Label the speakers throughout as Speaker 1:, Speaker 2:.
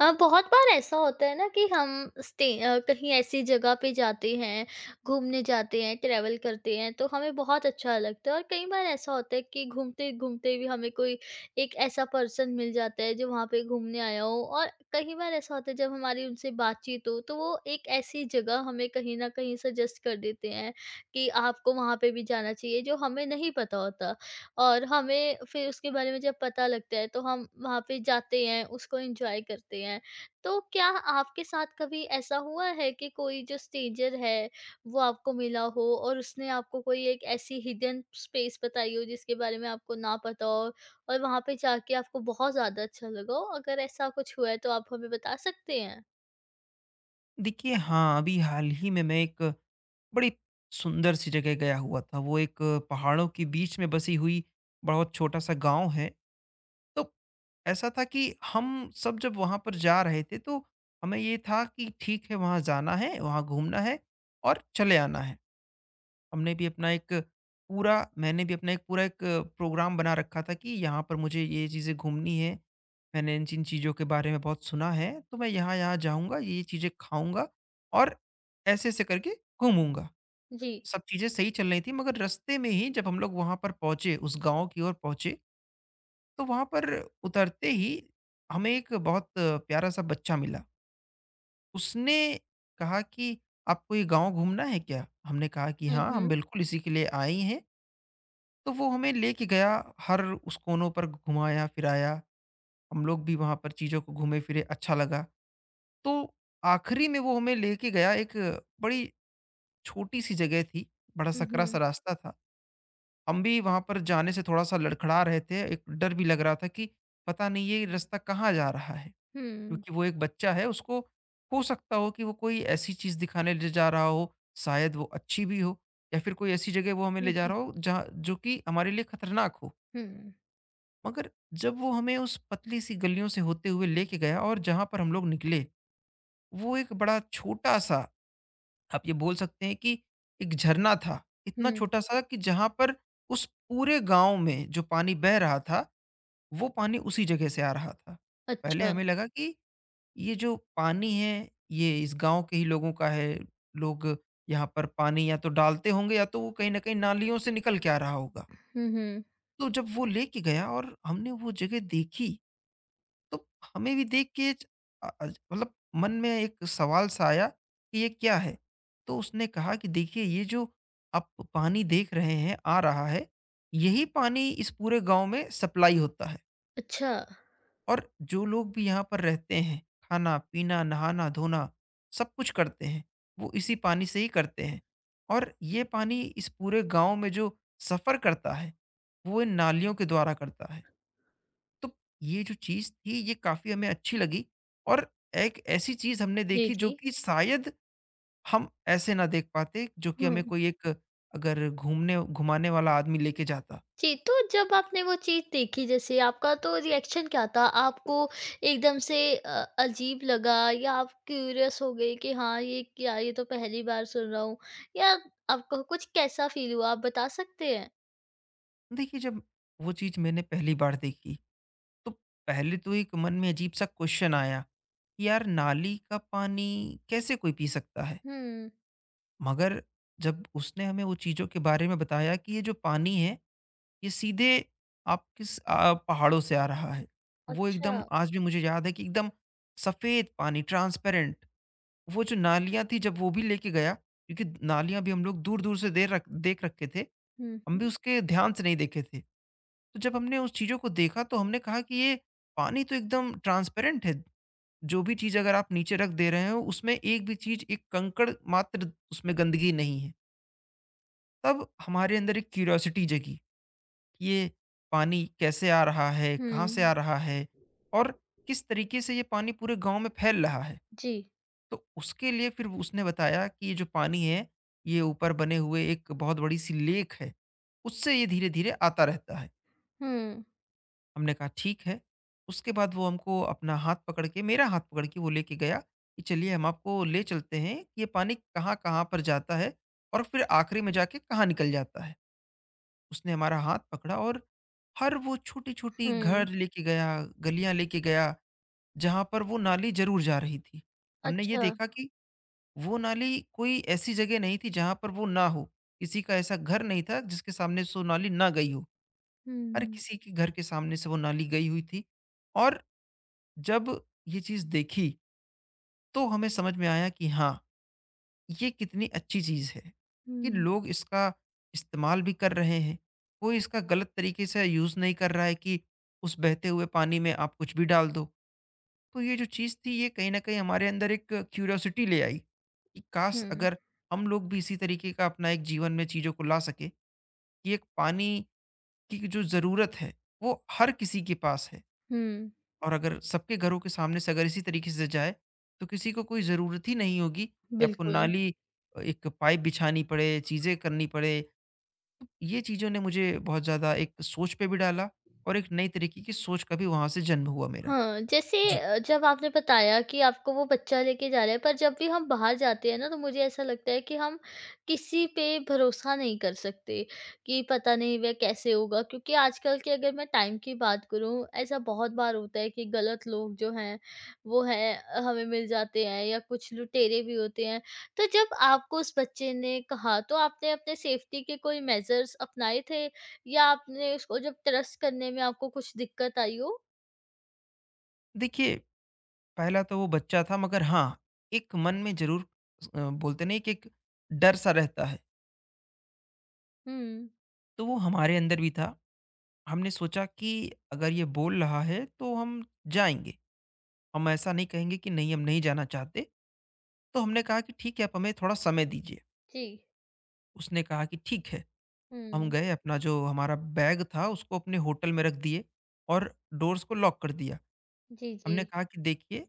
Speaker 1: बहुत बार ऐसा होता है ना कि हम कहीं ऐसी जगह पे जाते हैं, घूमने जाते हैं, ट्रैवल करते हैं तो हमें बहुत अच्छा लगता है और कई बार ऐसा होता है कि घूमते-घूमते भी हमें कोई एक ऐसा पर्सन मिल जाता है जो वहाँ पे घूमने आया हो और कई बार ऐसा होता है जब हमारी उनसे बातचीत हो तो वो एक ऐसी जगह हमें कहीं न कहीं सजेस्ट कर देते हैं कि आपको वहाँ पे भी जाना चाहिए जो हमें नहीं पता होता। और हमें फिर उसके बारे में जब पता लगता है तो हम वहाँ पे जाते हैं, उसको एन्जॉय करते हैं। तो क्या आपके साथ कभी ऐसा हुआ है कि कोई जो स्ट्रेंजर है, वो आपको मिला हो और उसने आपको कोई एक ऐसी हिडन स्पेस बताई हो जिसके बारे में आपको ना पता हो और वहाँ पे जाके आपको बहुत ज़्यादा अच्छा लगा हो? अगर ऐसा कुछ हुआ है तो आप हमें बता सकते हैं?
Speaker 2: देखिए हाँ, अभी हाल ही में मैं एक बड़ी सुंदर सी जगह गया हुआ था। वो एक पहाड़ों के बीच में बसी हुई बहुत छोटा-सा गाँव है। तो ऐसा था कि हम सब जब वहाँ पर जा रहे थे तो हमें ये था कि ठीक है वहाँ जाना है, वहाँ घूमना है और चले आना है। हमने भी अपना एक पूरा मैंने भी अपना एक पूरा एक प्रोग्राम बना रखा था कि यहाँ पर मुझे ये चीज़ें घूमनी है। मैंने इन जिन चीज़ों के बारे में बहुत सुना है, तो मैं यहाँ-यहाँ जाऊँगा, ये चीज़ें खाऊँगा और ऐसे-ऐसे करके घूमूँगा।
Speaker 1: जी।
Speaker 2: सब चीज़ें सही चल रही थी, मगर रास्ते में ही जब हम लोग वहाँ पर पहुँचे, उस गाँव की ओर पहुँचे, तो वहाँ पर उतरते ही हमें एक बहुत प्यारा-सा बच्चा मिला। उसने कहा कि, "आपको ये गाँव घूमना है क्या?" हमने कहा कि,
Speaker 1: हुँ,
Speaker 2: "हाँ, हम
Speaker 1: हुँ।
Speaker 2: बिल्कुल इसी के लिए आए हैं।" तो वो हमें लेके गया, हर उस कोनों पर घुमाया फिराया। हम लोग भी वहाँ पर चीज़ों को घूमे फिरे, अच्छा लगा। तो आखिरी में वो हमें लेके गया एक बड़ी छोटी सी जगह थी, बड़ा
Speaker 1: हुँ,
Speaker 2: सकरा सा
Speaker 1: हुँ।
Speaker 2: रास्ता था। हम भी वहाँ पर जाने से थोड़ा सा लड़खड़ा रहे थे, एक डर भी लग रहा था कि पता नहीं ये रास्ता कहाँ जा रहा है।
Speaker 1: हुँ।
Speaker 2: क्योंकि वो एक बच्चा है, उसको हो सकता हो कि वो कोई ऐसी चीज़ दिखाने ले जा रहा हो, शायद वो अच्छी भी हो, या फिर कोई ऐसी जगह वो हमें ले
Speaker 1: हुँ,
Speaker 2: जा
Speaker 1: हुँ,
Speaker 2: रहा हो जहाँ जो कि हमारे लिए खतरनाक हो।
Speaker 1: हुँ,
Speaker 2: मगर जब वो हमें उस पतली सी गलियों से होते हुए लेके गया और जहां पर हम लोग निकले, वो एक बड़ा छोटा सा, आप ये बोल सकते हैं कि एक झरना था। इतना
Speaker 1: हुँ।
Speaker 2: छोटा सा कि जहां पर उस पूरे गांव में जो पानी बह रहा था, वो पानी उसी जगह से आ रहा था। पहले
Speaker 1: अच्छा।
Speaker 2: हमें लगा कि ये जो पानी है, ये इस गांव के ही लोगों का है। लोग यहाँ पर पानी या तो डालते होंगे या तो वो कहीं ना कहीं नालियों से निकल के आ रहा होगा।
Speaker 1: हुँ, हुँ।
Speaker 2: तो जब वो लेके गया और हमने वो जगह देखी, तो हमें भी देख के अ- अ- मतलब मन में एक सवाल सा आया कि ये क्या है। तो उसने कहा कि देखिए, ये जो आप पानी देख रहे हैं आ रहा है, यही पानी इस पूरे गांव में सप्लाई होता है।
Speaker 1: अच्छा।
Speaker 2: और जो लोग भी यहाँ पर रहते हैं, खाना पीना नहाना धोना सब कुछ करते हैं, वो इसी पानी से ही करते हैं। और ये पानी इस पूरे गांव में जो सफ़र करता है, वो इन नालियों के द्वारा करता है। तो ये जो चीज़ थी, ये काफ़ी हमें अच्छी लगी। और एक ऐसी चीज़ हमने
Speaker 1: जी,
Speaker 2: देखी जो
Speaker 1: जी।
Speaker 2: कि शायद हम ऐसे ना देख पाते जो कि
Speaker 1: हुँ।
Speaker 2: हमें कोई एक अगर घूमने घुमाने वाला आदमी लेके जाता।
Speaker 1: जी, तो जब आपने वो चीज़ देखी जैसे आपका तो रिएक्शन क्या था? आपको एकदम से अजीब लगा या आप क्यूरियस हो गए कि हाँ, ये क्या ये तो पहली बार सुन रहा हूँ या आपको कुछ कैसा फ़ील हुआ आप बता सकते हैं?
Speaker 2: देखिए, जब वो चीज़ मैंने पहली बार देखी, तो पहले तो एक मन में अजीब सा क्वेश्चन आया, कि यार नाली का पानी कैसे कोई पी सकता है?
Speaker 1: हुँ,
Speaker 2: मगर जब उसने हमें वो चीज़ों के बारे में बताया कि ये जो पानी है, ये सीधे आप किस पहाड़ों से आ रहा है। वो
Speaker 1: अच्छा।
Speaker 2: एकदम आज भी मुझे याद है कि एकदम सफ़ेद पानी ट्रांसपेरेंट, वो जो नालियाँ थी, जब वो भी लेके गया। क्योंकि नालियाँ भी हम लोग दूर-दूर से देर रख देख रखे थे।
Speaker 1: हुँ,
Speaker 2: हम भी
Speaker 1: हुँ।
Speaker 2: उसके ध्यान से नहीं देखे थे। तो जब हमने उस चीज़ों को देखा तो हमने कहा कि ये पानी तो एकदम ट्रांसपेरेंट है। जो भी चीज़ अगर आप नीचे रख दे रहे हो, उसमें एक भी चीज़, एक कंकड़ मात्र उसमें गंदगी नहीं है। तब हमारे अंदर एक क्यूरियोसिटी जगी। ये पानी कैसे आ रहा है, कहाँ से आ
Speaker 1: हुँ,
Speaker 2: रहा है और किस तरीके से ये पानी पूरे गाँव में फैल रहा है।
Speaker 1: जी।
Speaker 2: तो उसके लिए फिर उसने बताया कि ये जो पानी है, ये ऊपर बने हुए एक बहुत बड़ी-सी लेक है, उससे ये धीरे-धीरे आता रहता है।
Speaker 1: हुँ,
Speaker 2: हमने कहा ठीक है, उसके बाद वो हमको अपना हाथ पकड़ के मेरा हाथ पकड़ के वो लेके गया कि चलिए हम आपको ले चलते हैं, कि ये पानी कहाँ-कहाँ पर जाता है और फिर आखिरी में जाके कहाँ निकल जाता है। उसने हमारा हाथ पकड़ा और हर वो छोटी-छोटी
Speaker 1: हुँ।
Speaker 2: घर लेके गया, गलियाँ लेके गया, जहाँ पर वो नाली ज़रूर जा रही थी। हमने ये
Speaker 1: अच्छा।
Speaker 2: देखा कि वो नाली कोई ऐसी जगह नहीं थी जहाँ पर वो ना हो। किसी का ऐसा घर नहीं था जिसके सामने से वो नाली ना गई हो। हर
Speaker 1: हुँ,
Speaker 2: किसी के घर के सामने से वो नाली गई हुई थी। और जब ये चीज़ देखी, तो हमें समझ में आया कि हाँ, ये कितनी अच्छी चीज़ है कि
Speaker 1: हुँ,
Speaker 2: लोग इसका इस्तेमाल भी कर रहे हैं। कोई इसका गलत तरीके से यूज़ नहीं कर रहा है कि उस बहते हुए पानी में आप कुछ भी डाल दो। तो ये जो चीज़ थी, ये कहीं न कहीं हमारे अंदर एक क्यूरियोसिटी ले आई कि काश
Speaker 1: हुँ,
Speaker 2: अगर हम लोग भी इसी तरीके का अपना एक जीवन में चीज़ों को ला सकें कि एक पानी की जो ज़रूरत है, वो हर किसी के पास है।
Speaker 1: हुँ,
Speaker 2: और अगर सबके घरों के सामने से अगर इसी तरीके से जाए, तो किसी को कोई ज़रूरत ही नहीं होगी कि आपको
Speaker 1: बिल्कुल।
Speaker 2: नाली एक पाइप बिछानी पड़े, चीज़ें करनी पड़े। तो ये चीज़ों ने मुझे बहुत ज़्यादा एक सोच पे भी डाला और एक नई तरीके की सोच का भी वहाँ से जन्म हुआ मेरा।
Speaker 1: हाँ, जैसे
Speaker 2: जी।
Speaker 1: जब आपने बताया कि आपको वो बच्चा लेके जा रहा है, पर जब भी हम बाहर जाते हैं ना, तो मुझे ऐसा लगता है कि हम किसी पे भरोसा नहीं कर सकते, कि पता नहीं वह कैसे होगा। क्योंकि आजकल के अगर मैं टाइम की बात करूँ, ऐसा बहुत बार होता है कि गलत लोग जो हैं, वो हमें मिल जाते हैं या कुछ लुटेरे भी होते हैं। तो जब आपको उस बच्चे ने कहा, तो आपने अपने सेफ्टी के कोई मेजर्स अपनाए थे या आपने उसको जब ट्रस्ट करने में आपको कुछ दिक्कत आई हो?
Speaker 2: देखिए, पहला तो वो बच्चा था मगर हाँ, एक मन में ज़रूर बोलते नहीं कि एक डर सा रहता है,
Speaker 1: हुँ।
Speaker 2: तो वो हमारे अंदर भी था। हमने सोचा कि अगर ये बोल रहा है, तो हम जाएँगे। हम ऐसा नहीं कहेंगे कि नहीं हम नहीं जाना चाहते। तो हमने कहा कि ठीक है आप हमें थोड़ा समय दीजिए।
Speaker 1: जी।
Speaker 2: उसने कहा कि ठीक है। हम
Speaker 1: हुँ।
Speaker 2: गए अपना जो हमारा बैग था, उसको अपने होटल में रख दिए और डोर्स को लॉक कर दिया।
Speaker 1: जी, जी।
Speaker 2: हमने कहा कि देखिए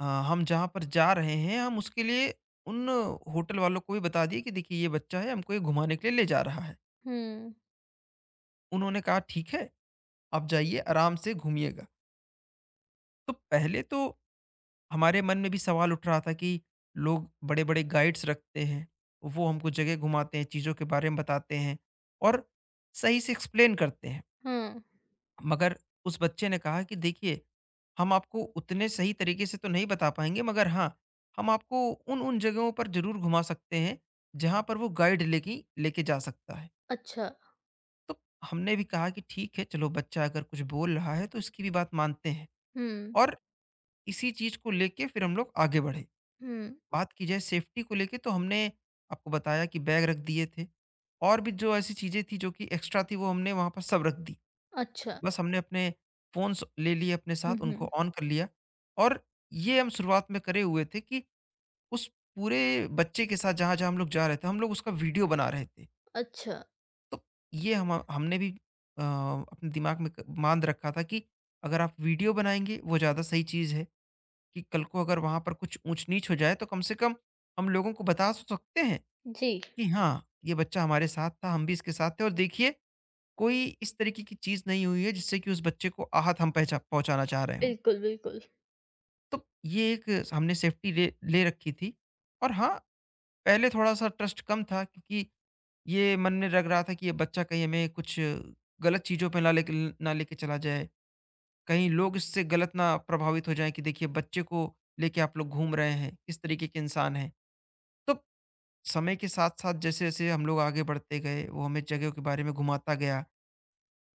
Speaker 2: हम जहाँ पर जा रहे हैं, हम उसके लिए उन होटल वालों को भी बता दिए कि देखिए ये बच्चा है हमको ये घुमाने के लिए ले जा रहा है।
Speaker 1: हुँ।
Speaker 2: उन्होंने कहा ठीक है, आप जाइए आराम से घूमिएगा। तो पहले तो हमारे मन में भी सवाल उठ रहा था कि लोग बड़े-बड़े गाइड्स रखते हैं, वो हमको जगह घुमाते हैं, चीज़ों के बारे में बताते हैं और सही से एक्सप्लेन करते हैं।
Speaker 1: हाँ।
Speaker 2: मगर उस बच्चे ने कहा कि देखिए, हम आपको उतने सही तरीके से तो नहीं बता पाएँगे मगर हाँ, हम आपको उन-उन जगहों पर ज़रूर घुमा सकते हैं, जहाँ पर वो गाइड लेके लेके जा सकता है।
Speaker 1: अच्छा।
Speaker 2: तो हमने भी कहा कि ठीक है, चलो बच्चा अगर कुछ बोल रहा है तो इसकी भी बात मानते हैं
Speaker 1: हुँ,
Speaker 2: और इसी चीज़ को लेके फिर हम लोग आगे बढ़े।
Speaker 1: हुँ।
Speaker 2: बात की जाए सेफ्टी को लेके, तो हमने आपको बताया कि बैग रख दिए थे और भी जो ऐसी चीज़ें थी जो कि एक्स्ट्रा थी, वो हमने वहाँ पर सब रख दी।
Speaker 1: अच्छा।
Speaker 2: बस हमने अपने फ़ोन्स ले लिए अपने
Speaker 1: हुँ,
Speaker 2: साथ, उनको
Speaker 1: हुँ।
Speaker 2: ऑन कर लिया। और ये हम शुरुआत में करे हुए थे कि उस पूरे बच्चे के साथ जहाँ-जहाँ हम लोग जा रहे थे, हम लोग उसका वीडियो बना रहे थे।
Speaker 1: अच्छा।
Speaker 2: तो ये हम हमने भी अपने दिमाग में क बाँध रखा था कि अगर आप वीडियो बनाएँगे वो ज़्यादा सही चीज़ है कि कल को अगर वहाँ पर कुछ ऊँच-नीच हो जाए तो कम से कम हम लोगों को बता तो सकते हैं।
Speaker 1: जी।
Speaker 2: कि हाँ, ये बच्चा हमारे साथ था, हम भी इसके साथ थे और देखिए कोई इस तरीके की चीज़ नहीं हुई है जिससे कि उस बच्चे को आहत हम पहचा पहुँचाना चाह रहे हों।
Speaker 1: बिल्कुल, बिल्कुल।
Speaker 2: तो ये एक हमने सेफ्टी ले ले रखी थी और हाँ, पहले थोड़ा-सा ट्रस्ट कम था क्योंकि ये मन में लग रहा था कि ये बच्चा कहीं हमें कुछ गलत चीज़ों पे ना लेके चला जाए। कहीं लोग इससे गलत ना प्रभावित हो जाएँ कि देखिए बच्चे को लेके आप लोग घूम रहे हैं, इस तरीके के इंसान हैं। तो समय के साथ-साथ जैसे-जैसे हम लोग आगे बढ़ते गए, वो हमें जगहों के बारे में घुमाता गया,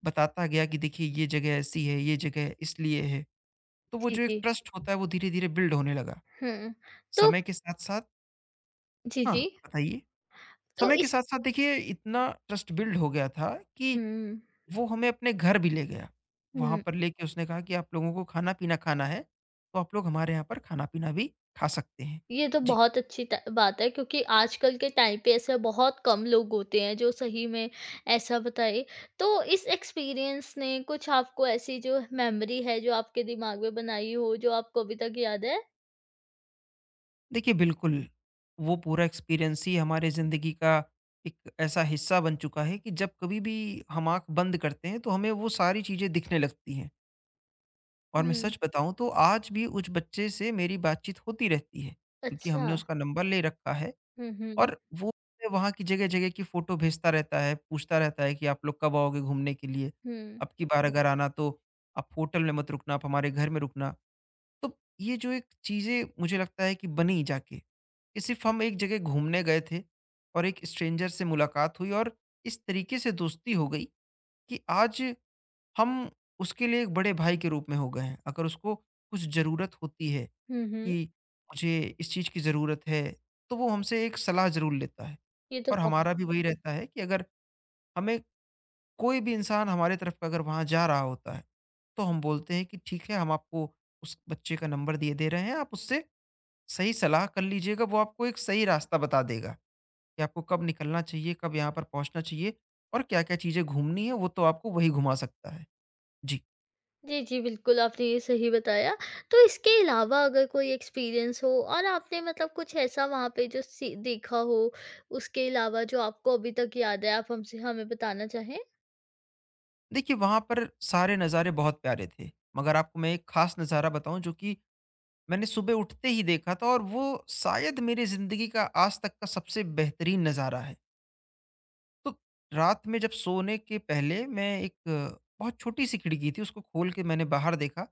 Speaker 2: बताता गया कि देखिए ये जगह ऐसी है, ये जगह इसलिए है। तो वो
Speaker 1: जी,
Speaker 2: जो एक
Speaker 1: जी।
Speaker 2: ट्रस्ट होता है वो धीरे-धीरे बिल्ड होने लगा।
Speaker 1: हुँ। तो
Speaker 2: समय के साथ-साथ
Speaker 1: जी,
Speaker 2: हाँ,
Speaker 1: जी।
Speaker 2: बताइए?
Speaker 1: तो
Speaker 2: समय के
Speaker 1: इस
Speaker 2: साथ-साथ देखिए इतना ट्रस्ट बिल्ड हो गया था कि
Speaker 1: हुँ,
Speaker 2: वो हमें अपने घर भी ले गया। वहाँ
Speaker 1: हुँ।
Speaker 2: पर लेके उसने कहा कि आप लोगों को खाना-पीना खाना है, तो आप लोग हमारे यहाँ पर खाना-पीना भी खा सकते हैं।
Speaker 1: ये तो
Speaker 2: जी।
Speaker 1: बहुत अच्छी त बात है क्योंकि आजकल के टाइम पे ऐसे बहुत कम लोग होते हैं जो सही में ऐसा बताएँ। तो इस एक्सपीरियंस ने कुछ आपको ऐसी जो मेमोरी है जो आपके दिमाग में बनाई हो, जो आपको अभी तक याद है?
Speaker 2: देखिए बिल्कुल, वो पूरा एक्सपीरियंस ही हमारे ज़िंदगी का एक ऐसा हिस्सा बन चुका है कि जब कभी भी हम आँख बंद करते हैं तो हमें वो सारी चीज़ें दिखने लगती हैं। और मैं
Speaker 1: हुँ।
Speaker 2: सच बताऊँ तो आज भी उस बच्चे से मेरी बातचीत होती रहती है, क्योंकि
Speaker 1: अच्छा।
Speaker 2: हमने उसका नंबर ले रखा है
Speaker 1: हुँ, हुँ।
Speaker 2: और वो मुझे वहाँ की जगह-जगह की फ़ोटो भेजता रहता है, पूछता रहता है कि आप लोग कब आओगे घूमने के लिए?
Speaker 1: हुँ।
Speaker 2: अब की बार अगर आना तो आप होटल में मत रुकना, आप हमारे घर में रुकना। तो ये जो एक चीज़ें मुझे लगता है कि बनी जाके, कि सिर्फ़ हम एक जगह घूमने गए थे और एक स्ट्रेंजर से मुलाकात हुई और इस तरीके से दोस्ती हो गई कि आज हम उसके लिए एक बड़े भाई के रूप में हो गए हैं। अगर उसको कुछ ज़रूरत होती है
Speaker 1: हुँ, हुँ।
Speaker 2: कि मुझे इस चीज़ की ज़रूरत है, तो वो हमसे एक सलाह ज़रूर लेता है
Speaker 1: ये तो
Speaker 2: और
Speaker 1: बहुत
Speaker 2: हमारा भी वही रहता है कि अगर हमें कोई भी इंसान हमारे तरफ का अगर वहाँ जा रहा होता है, तो हम बोलते हैं कि ठीक है, हम आपको उस बच्चे का नंबर दिए दे रहे हैं, आप उससे सही सलाह कर लीजिएगा, वो आपको एक सही रास्ता बता देगा कि आपको कब निकलना चाहिए, कब यहाँ पर पहुँचना चाहिए और क्या-क्या चीज़ें घूमनी है, वो तो आपको वही घुमा सकता है। जी।
Speaker 1: जी, जी, बिल्कुल आपने ये सही बताया। तो इसके अलावा अगर कोई एक्सपीरियंस हो और आपने मतलब कुछ ऐसा वहाँ पे जो सी देखा हो, उसके अलावा जो आपको अभी तक याद है, आप हमसे हमें बताना चाहें?
Speaker 2: देखिए, वहाँ पर सारे नज़ारे बहुत प्यारे थे, मगर आपको मैं एक ख़ास नज़ारा बताऊँ जो कि मैंने सुबह उठते ही देखा था और वो शायद मेरी ज़िंदगी का आज तक का सबसे बेहतरीन नज़ारा है। तो रात में जब सोने के पहले मैं बहुत छोटी-सी खिड़की थी, उसको खोल के मैंने बाहर देखा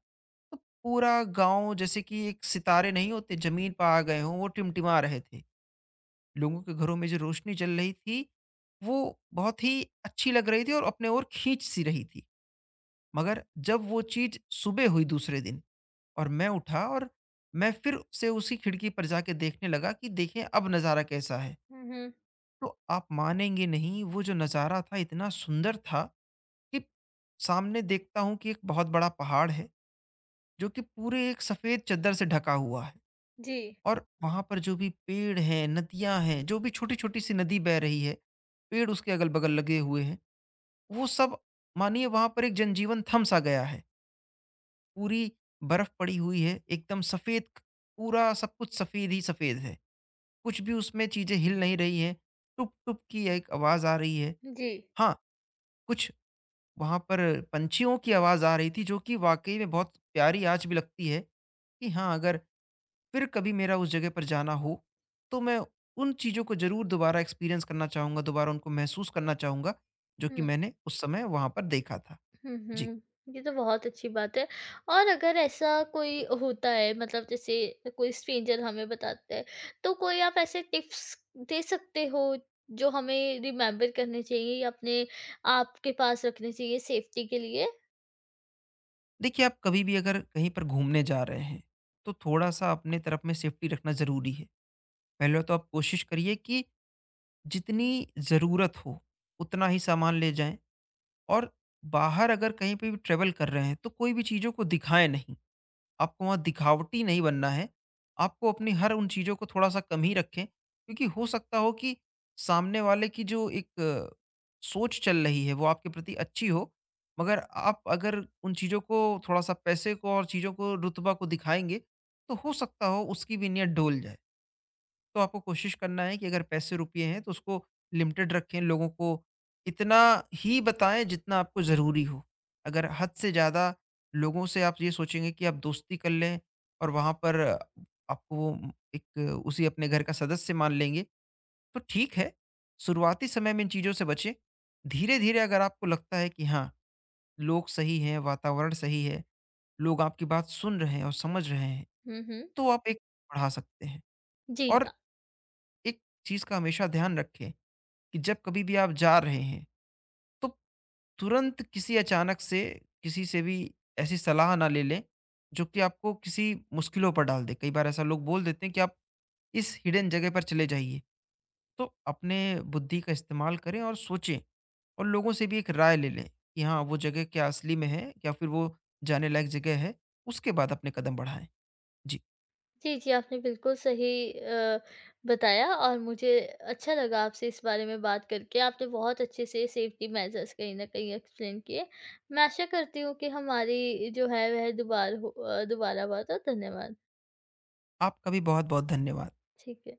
Speaker 2: तो पूरा गांव जैसे कि एक सितारे नहीं होते जमीन पर आ गए हों, वो टिमटिमा रहे थे। लोगों के घरों में जो रोशनी चल रही थी वो बहुत ही अच्छी लग रही थी और अपने ओर खींच सी रही थी। मगर जब वो चीज सुबह हुई दूसरे दिन और मैं उठा और मैं फिर से उसी खिड़की पर जाके देखने लगा कि देखें अब नज़ारा कैसा है,
Speaker 1: हुँ, हुँ।
Speaker 2: तो आप मानेंगे नहीं, वो जो नज़ारा था इतना सुंदर था कि सामने देखता हूँ कि एक बहुत बड़ा पहाड़ है जो कि पूरे एक सफ़ेद चद्दर से ढका हुआ है
Speaker 1: जी,
Speaker 2: और वहाँ पर जो भी पेड़ हैं, नदियाँ हैं, जो भी छोटी-छोटी सी नदी बह रही है, पेड़ उसके अगल-बगल लगे हुए हैं, वो सब, मानिए वहाँ पर एक जनजीवन थम-सा गया है। पूरी बर्फ पड़ी हुई है, एकदम सफ़ेद क पूरा सब कुछ सफ़ेद ही सफ़ेद है। कुछ भी उसमें चीज़ें हिल नहीं रही हैं, टुप-टुप की एक आवाज़ आ रही है।
Speaker 1: जी।
Speaker 2: हाँ, कुछ वहाँ पर पंछियों की आवाज़ आ रही थी जो कि वाक़ई में बहुत प्यारी आज भी लगती है कि हाँ, अगर फिर कभी मेरा उस जगह पर जाना हो, तो मैं उन चीज़ों को ज़रूर दोबारा एक्सपीरियंस करना चाहूँगा, दोबारा उनको महसूस करना चाहूँगा, जो कि
Speaker 1: हुँ।
Speaker 2: मैंने उस समय वहाँ पर देखा था।
Speaker 1: हुँ,
Speaker 2: जी।
Speaker 1: हुँ। ये तो बहुत अच्छी बात है और अगर ऐसा कोई होता है मतलब जैसे कोई स्ट्रेंजर हमें बताता है, तो कोई आप ऐसे टिप्स दे सकते हो जो हमें रिमेंबर करने चाहिए या अपने आप के पास रखने चाहिए सेफ्टी के लिए?
Speaker 2: देखिए, आप कभी भी अगर कहीं पर घूमने जा रहे हैं, तो थोड़ा-सा अपने तरफ में सेफ्टी रखना ज़रूरी है। पहले तो आप कोशिश करिए कि जितनी ज़रूरत हो, उतना ही सामान ले जाएँ और बाहर अगर कहीं पे भी ट्रैवल कर रहे हैं, तो कोई भी चीज़ों को दिखाएँ नहीं। आपको वहाँ दिखावटी नहीं बनना है। आपको अपनी हर उन चीज़ों को थोड़ा-सा कम ही रखें, क्योंकि हो सकता हो कि सामने वाले की जो सोच चल रही है, वो आपके प्रति अच्छी हो, मगर आप अगर उन चीज़ों को थोड़ा-सा पैसे को और चीज़ों को, रुतबा को दिखाएँगे, तो हो सकता हो उसकी भी नीयत डोल जाए। तो आपको कोशिश करना है कि अगर पैसे रुपये हैं तो उसको लिमिटेड रखें, लोगों को इतना ही बताएं जितना आपको ज़रूरी हो। अगर हद से ज़्यादा लोगों से आप ये सोचेंगे कि आप दोस्ती कर लें और वहाँ पर आपको वो एक उसी अपने घर का सदस्य मान लेंगे, तो ठीक है, शुरुआती समय में इन चीज़ों से बचें। धीरे-धीरे अगर आपको लगता है कि हाँ, लोग सही हैं, वातावरण सही है, लोग आपकी बात सुन रहे हैं और समझ रहे हैं,
Speaker 1: हुँ, हुँ।
Speaker 2: तो आप एक बढ़ा सकते हैं।
Speaker 1: जी।
Speaker 2: और एक चीज़ का हमेशा ध्यान रखें कि जब कभी भी आप जा रहे हैं तो तुरंत किसी अचानक से किसी से भी ऐसी सलाह ना ले लें जो कि आपको किसी मुश्किलों पर डाल दे। कई बार ऐसा लोग बोल देते हैं कि आप इस हिडन जगह पर चले जाइए, तो अपने बुद्धि का इस्तेमाल करें और सोचें और लोगों से भी एक राय ले लें कि हाँ, वो जगह क्या असली में है या फिर वो जाने लायक जगह है, उसके बाद अपने कदम बढ़ाएं। जी।
Speaker 1: जी, जी, आपने बिल्कुल सही बताया और मुझे अच्छा लगा आपसे इस बारे में बात करके। आपने बहुत अच्छे से सेफ्टी मेजर्स कहीं न कहीं एक्सप्लेन किए। मैं आशा करती हूँ कि हमारी जो है वह दोबारा बात हो। धन्यवाद।
Speaker 2: आपका भी बहुत बहुत धन्यवाद।
Speaker 1: ठीक है।